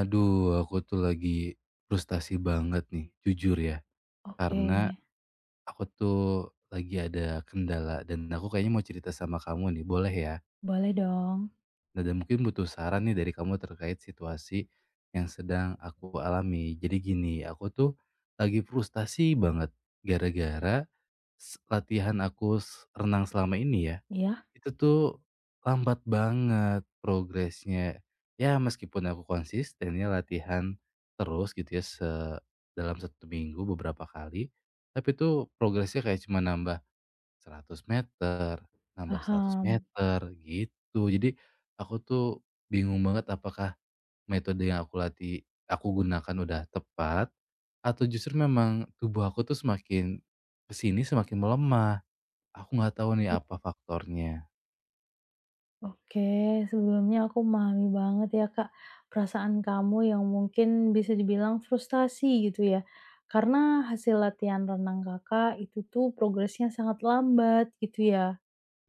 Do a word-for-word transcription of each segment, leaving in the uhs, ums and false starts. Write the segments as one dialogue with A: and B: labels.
A: Aduh, aku tuh lagi frustasi banget nih, jujur ya.
B: Oke,
A: Karena aku tuh lagi ada kendala dan aku kayaknya mau cerita sama kamu nih, boleh ya?
B: boleh dong.
A: Nah, dan mungkin butuh saran nih dari kamu terkait situasi yang sedang aku alami. Jadi gini, aku tuh lagi frustasi banget gara-gara s- latihan aku s- renang selama ini ya.
B: Iya,
A: Itu tuh lambat banget progresnya. Ya meskipun aku konsisten ya latihan terus gitu ya se dalam satu minggu beberapa kali, tapi tuh progresnya kayak cuma nambah seratus meter, nambah seratus
B: paham.
A: meter, gitu. Jadi aku tuh bingung banget apakah metode yang aku latih aku gunakan udah tepat, atau justru memang tubuh aku tuh semakin kesini semakin melemah. Aku nggak tahu nih apa faktornya.
B: Oke, sebelumnya aku memahami banget ya Kak, perasaan kamu yang mungkin bisa dibilang frustasi gitu ya. Karena hasil latihan renang Kakak itu tuh progresnya sangat lambat gitu ya.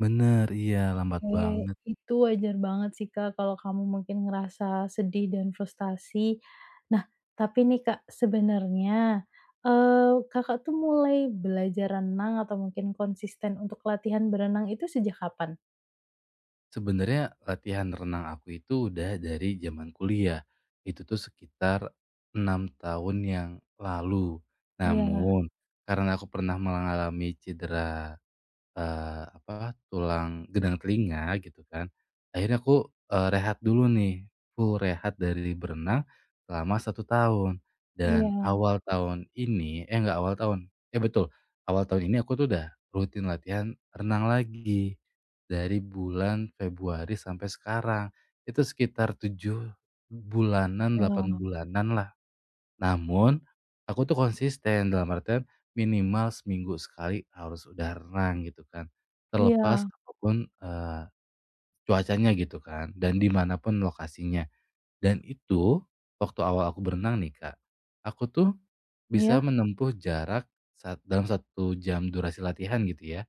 A: Bener, iya lambat
B: Oke,
A: banget.
B: itu wajar banget sih, Kak, kalau kamu mungkin ngerasa sedih dan frustasi. Nah, tapi nih, Kak, sebenarnya, eee, Kakak tuh mulai belajar renang atau mungkin konsisten untuk latihan berenang itu sejak kapan?
A: Sebenarnya latihan renang aku itu udah dari zaman kuliah. Itu tuh sekitar enam tahun yang lalu.
B: Iya
A: Namun karena aku pernah mengalami cedera, Eee, apa, tulang gedang telinga gitu kan. Akhirnya aku, eee, rehat dulu nih, full rehat dari berenang selama satu tahun. Dan
B: iya,
A: awal tahun ini, eh, nggak awal tahun, eh, betul, awal tahun ini aku tuh udah rutin latihan renang lagi, dari bulan Februari sampai sekarang. Itu sekitar tujuh bulanan, delapan
B: wow,
A: bulanan lah. Namun, aku tuh konsisten dalam artian minimal seminggu sekali harus udah renang gitu kan. Terlepas
B: iya
A: apapun, eee, cuacanya gitu kan dan di mana pun lokasinya. Dan itu waktu awal aku berenang nih Kak, aku tuh bisa
B: iya,
A: menempuh jarak sat dalam satu jam durasi latihan gitu ya,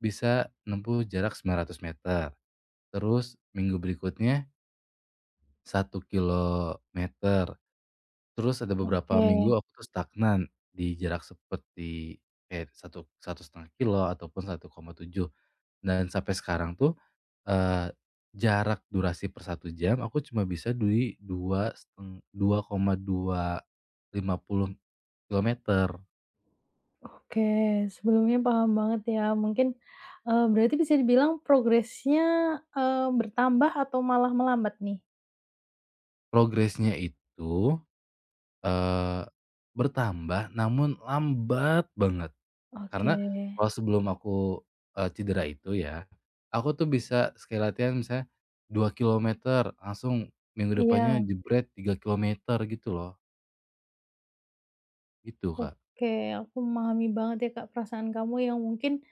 A: bisa menempuh jarak 900 meter, terus minggu berikutnya satu kilometer. Terus ada beberapa minggu
B: oke
A: aku tuh stagnan di jarak seperti kayak satu satu setengah kilo ataupun satu koma tujuh, dan sampai sekarang tuh, eee, jarak durasi per satu jam aku cuma bisa di dua seteng dua koma dua lima puluh kilometer.
B: oke, sebelumnya paham banget ya, mungkin, eee, berarti bisa dibilang progresnya, eee, bertambah atau malah melambat nih?
A: Progresnya itu, eee, bertambah namun lambat banget.
B: Oke,
A: Karena kalau sebelum aku, eee, cedera itu ya, aku tuh bisa sekali latihan misalnya dua kilometer, langsung minggu depannya
B: iya.
A: jebret tiga kilometer gitu loh, gitu, Kak.
B: Oke, aku memahami banget ya Kak perasaan kamu yang mungkin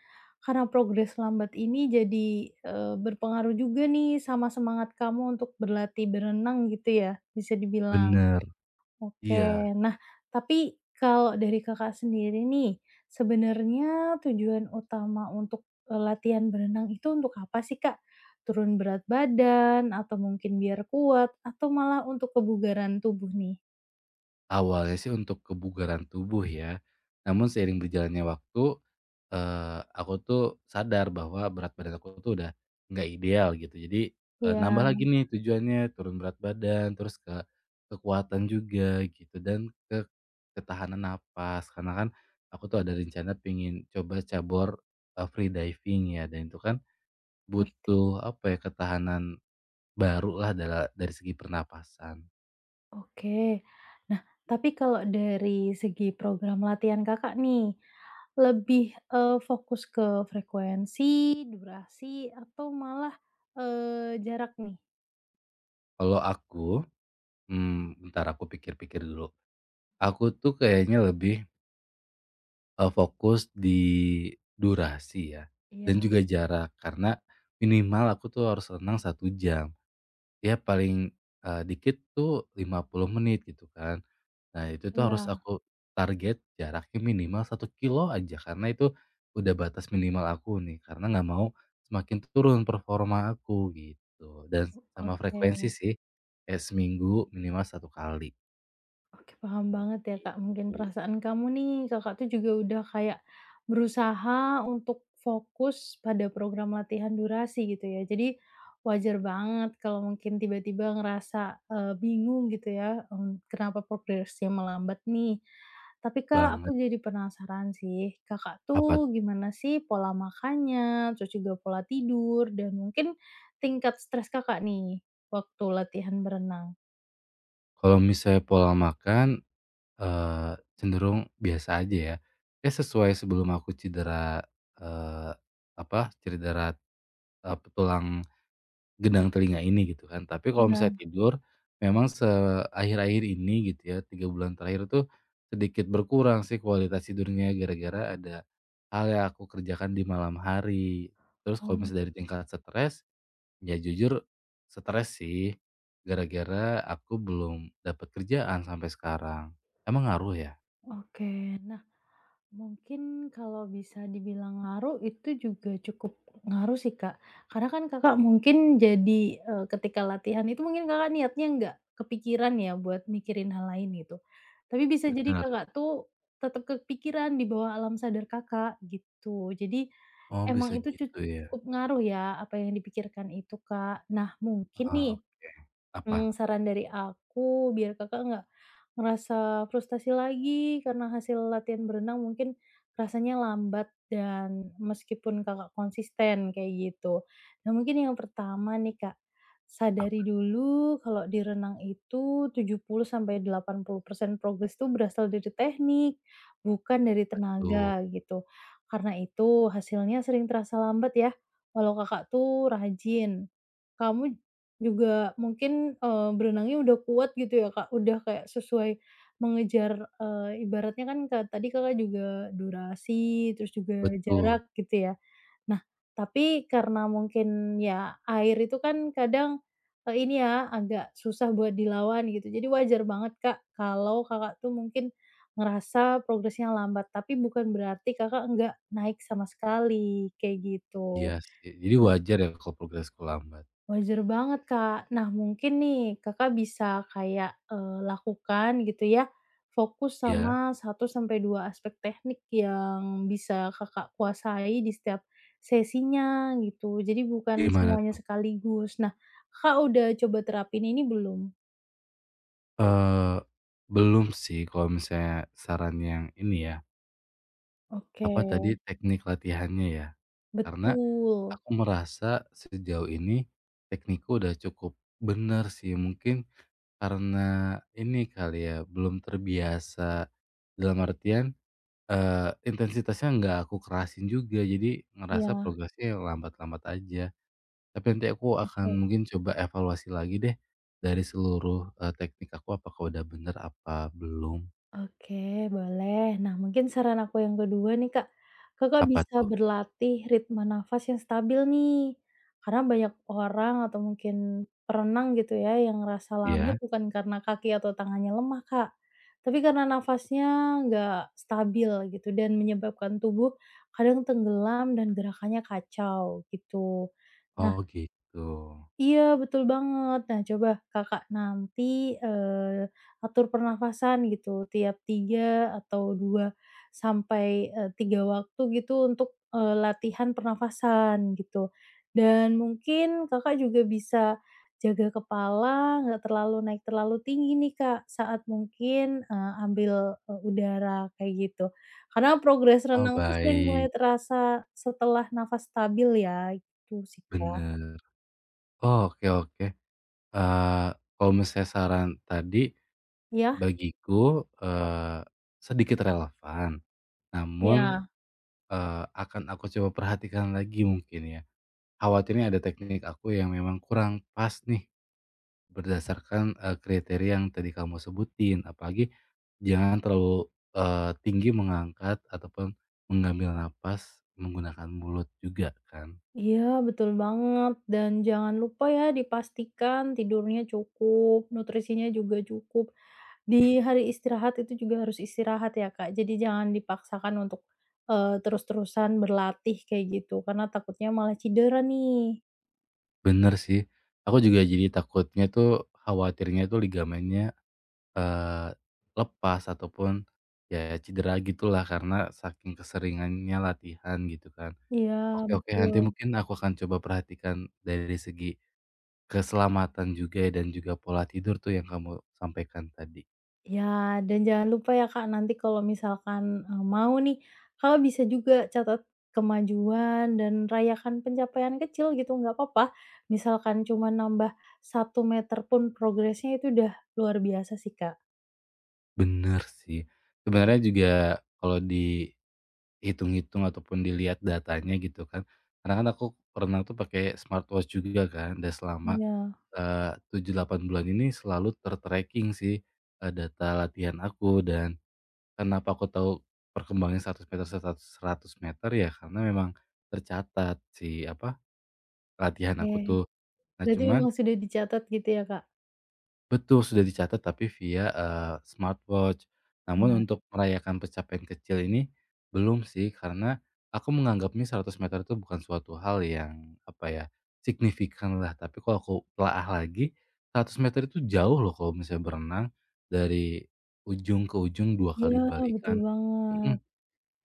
B: karena progres lambat ini jadi, eee, berpengaruh juga nih sama semangat kamu untuk berlatih berenang gitu ya, bisa dibilang.
A: Bener.
B: Oke,
A: Iya,
B: nah tapi kalau dari Kakak sendiri nih, sebenarnya tujuan utama untuk, eee, latihan berenang itu untuk apa sih Kak? Turun berat badan atau mungkin biar kuat atau malah untuk kebugaran tubuh nih?
A: awalnya sih untuk kebugaran tubuh ya, namun seiring berjalannya waktu. Eee, aku tuh sadar bahwa berat badan aku tuh udah nggak ideal gitu. Jadi, eee, nambah
B: Ya,
A: lagi nih tujuannya turun berat badan, terus ke kekuatan juga gitu dan ke ketahanan napas. Karena kan aku tuh ada rencana pingin coba cabur, eee, free diving ya, dan itu kan
B: ngerti.
A: butuh apa ya, ketahanan baru lah dari dari segi pernapasan.
B: Oke. Nah, tapi kalau dari segi program latihan Kakak nih, lebih, eee, fokus ke frekuensi, durasi, atau malah, eee, jarak nih?
A: Kalau aku, mmm, bentar aku pikir-pikir dulu. Aku tuh kayaknya lebih Eee, fokus di durasi ya, dan
B: Iya
A: juga jarak karena minimal aku tuh harus renang satu jam, ya paling, eee, dikit tuh lima puluh menit gitu kan. Nah itu tuh harus
B: iya,
A: aku target jaraknya minimal satu kilo aja karena itu udah batas minimal aku nih, karena nggak mau semakin turun performa aku gitu, dan sama
B: oke.
A: frekuensi sih, kayak seminggu minimal satu kali,
B: Oke, paham banget ya, Kak. Mungkin
A: gitu
B: perasaan kamu nih, Kakak tuh juga udah kayak berusaha untuk fokus pada program latihan durasi gitu ya. Jadi wajar banget kalau mungkin tiba-tiba ngerasa, eee, bingung gitu ya, mmm, kenapa progresnya melambat nih. Tapi Kak, aku
A: banget.
B: jadi penasaran sih, Kakak
A: Apa? Tuh?
B: tuh gimana sih pola makannya, terus juga pola tidur, dan mungkin tingkat stres Kakak nih waktu latihan berenang?
A: Kalau misalnya pola makan, Eee, cenderung biasa aja ya. Ya sesuai sebelum aku cedera, eee, apa, cedera, eee, tulang gendang telinga ini gitu kan. Tapi kalau misalnya
B: Iya.
A: tidur, memang se akhir-akhir ini gitu ya, tiga bulan terakhir tuh sedikit berkurang sih kualitas tidurnya gara-gara ada hal yang aku kerjakan di malam hari. Terus kalau
B: Oh,
A: misalnya dari tingkat stres, ya jujur stres sih, gara-gara aku belum dapat kerjaan sampai sekarang. Emang ngaruh ya?
B: oke. Nah, mungkin kalau bisa dibilang ngaruh itu juga cukup ngaruh sih, Kak. Karena kan Kakak mungkin jadi, eee, ketika latihan itu mungkin Kakak niatnya nggak kepikiran ya buat mikirin hal lain gitu. Tapi bisa jadi
A: Bener.
B: Kakak tuh tetap kepikiran di bawah alam sadar Kakak gitu. Jadi
A: Oh,
B: emang
A: bisa
B: itu cu
A: gitu ya?
B: cukup ngaruh ya apa yang dipikirkan itu, Kak. Nah mungkin
A: Ah,
B: nih
A: oke. Apa
B: Mmm, saran dari aku, biar Kakak nggak ngerasa frustasi lagi karena hasil latihan berenang mungkin rasanya lambat dan meskipun Kakak konsisten kayak gitu. Nah, mungkin yang pertama nih, Kak,
A: apa
B: sadari dulu kalau di renang itu tujuh puluh sampai delapan puluh persen progres itu berasal dari teknik, bukan dari
A: ta tuh?
B: tenaga gitu. Karena itu hasilnya sering terasa lambat ya, walau Kakak tuh rajin. Kamu juga mungkin, eee, berenangnya udah kuat gitu ya, Kak, udah kayak sesuai mengejar, eee, ibaratnya kan ka tadi Kakak juga durasi, terus juga
A: Betul.
B: jarak gitu ya. Nah, tapi karena mungkin ya air itu kan kadang, eee, ini ya agak susah buat dilawan gitu, jadi wajar banget, Kak, kalau Kakak tuh mungkin ngerasa progresnya lambat, tapi bukan berarti Kakak nggak naik sama sekali, kayak
A: Iya
B: gitu.
A: sih. Jadi wajar ya kalau progresku lambat.
B: Wajar banget, Kak. Nah, mungkin nih Kakak bisa kayak, eee, lakukan gitu ya, fokus sama
A: Ya,
B: satu sampai dua aspek teknik yang bisa Kakak kuasai di setiap sesinya gitu. Jadi bukan
A: gimana
B: semuanya
A: tuh?
B: sekaligus. Nah, Kakak udah coba terapin ini belum?
A: Eee, Belum sih kalau misalnya saran yang ini ya,
B: Oke,
A: apa tadi, teknik latihannya ya? Karena
B: betul.
A: aku merasa sejauh ini teknikku udah cukup benar sih. Mungkin karena ini kali ya, belum terbiasa, dalam artian Eee, intensitasnya nggak aku kerasin juga, jadi ngerasa
B: Ya.
A: progresnya lambat-lambat aja. Tapi nanti aku akan
B: Oke.
A: mungkin coba evaluasi lagi deh, dari seluruh, eee, teknik aku apakah udah bener apa belum.
B: Oke, boleh. Nah, mungkin saran aku yang kedua nih, Kak, Kakak
A: Apa
B: bisa
A: tuh?
B: berlatih ritme nafas yang stabil nih. Karena banyak orang atau mungkin perenang gitu ya yang ngerasa lambat
A: Iya?
B: bukan karena kaki atau tangannya lemah, Kak. Tapi karena nafasnya nggak stabil gitu dan menyebabkan tubuh kadang tenggelam dan gerakannya kacau gitu. Nah,
A: Oh gitu.
B: iya, betul banget. Nah, coba Kakak nanti, eee, atur pernafasan gitu tiap tiga atau dua sampai, eee, tiga waktu gitu untuk, eee, latihan pernafasan gitu. Dan mungkin Kakak juga bisa jaga kepala, nggak terlalu naik terlalu tinggi nih, Kak, saat mungkin, eee, ambil, eee, udara kayak gitu. Karena progres
A: Oh
B: renang tuh sering mulai
A: baik,
B: terasa setelah nafas stabil ya, gitu sih, Kak.
A: bener. Oh, oke oke. Eee, Kalau misalnya saran tadi,
B: Ya.
A: bagiku, eee, sedikit relevan, namun,
B: Iya.
A: eee, akan aku coba perhatikan lagi mungkin ya. Khawatirnya ada teknik aku yang memang kurang pas nih, berdasarkan, eee, kriteria yang tadi kamu sebutin. Apalagi jangan terlalu, eee, tinggi mengangkat ataupun mengambil napas menggunakan mulut juga kan.
B: Iya, betul banget dan jangan lupa ya dipastikan tidurnya cukup, nutrisinya juga cukup. Di hari istirahat itu juga harus istirahat ya, Kak. Jadi jangan dipaksakan untuk, eee, terus-terusan berlatih kayak gitu, karena takutnya malah cedera nih.
A: Bener sih, aku juga jadi takutnya tuh, khawatirnya tuh ligamennya, eee, lepas ataupun ya cedera gitulah karena saking keseringannya latihan gitu kan.
B: Iya,
A: Oke oke, nanti
B: betul.
A: mungkin aku akan coba perhatikan dari segi keselamatan juga ya dan juga pola tidur tuh yang kamu sampaikan tadi.
B: Ya, dan jangan lupa ya Kak, nanti kalau misalkan, eee, mau nih, Kakak bisa juga catat kemajuan dan rayakan pencapaian kecil gitu, nggak apa-apa. Misalkan cuma nambah satu meter pun progresnya itu udah luar biasa sih Kak.
A: Bener sih. Sebenarnya juga kalau dihitung-hitung ataupun dilihat datanya gitu kan, karena kan aku pernah tuh pakai smartwatch juga kan dan selama,
B: Iya,
A: eee, tujuh, delapan bulan ini selalu tertracking tracking sih, eee, data latihan aku, dan kenapa aku tahu perkembangan 100 meter, seta 100 meter ya karena memang tercatat si, apa, latihan
B: oke.
A: aku tuh. Nah
B: Berarti
A: cuman
B: memang sudah dicatat gitu ya Kak?
A: betul, sudah dicatat tapi via, eee, smartwatch. Namun
B: Iya.
A: untuk merayakan pencapaian kecil ini belum sih, karena aku menganggapnya 100 meter itu bukan suatu hal yang, apa ya, signifikan lah. Tapi kalau aku telaah lagi, 100 meter itu jauh loh kalau misalnya berenang, dari ujung ke ujung dua
B: Iya,
A: kali
B: betul
A: balikan.
B: banget.
A: Mhm,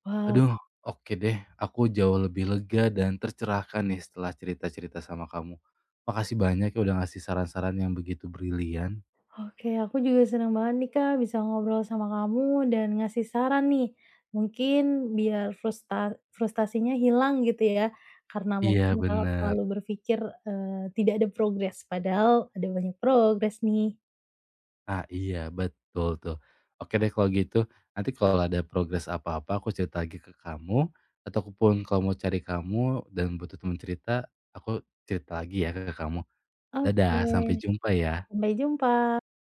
B: Wah.
A: aduh, oke deh, aku jauh lebih lega dan tercerahkan nih setelah cerita-cerita sama kamu. Makasih banyak ya udah ngasih saran-saran yang begitu brilian.
B: Oke, aku juga senang banget nih Kak bisa ngobrol sama kamu dan ngasih saran nih. Mungkin biar frusta frustasinya hilang gitu ya, karena
A: Iya
B: mungkin Kakak
A: bener.
B: terlalu berpikir, eee, tidak ada progres, padahal ada banyak progres nih.
A: Ah, iya betul tuh. Oke deh kalau gitu, nanti kalau ada progres apa-apa aku cerita lagi ke kamu, ataupun kalau mau cari kamu dan butuh teman cerita, aku cerita lagi ya ke kamu. Dadah,
B: Oke,
A: sampai jumpa ya.
B: sampai jumpa.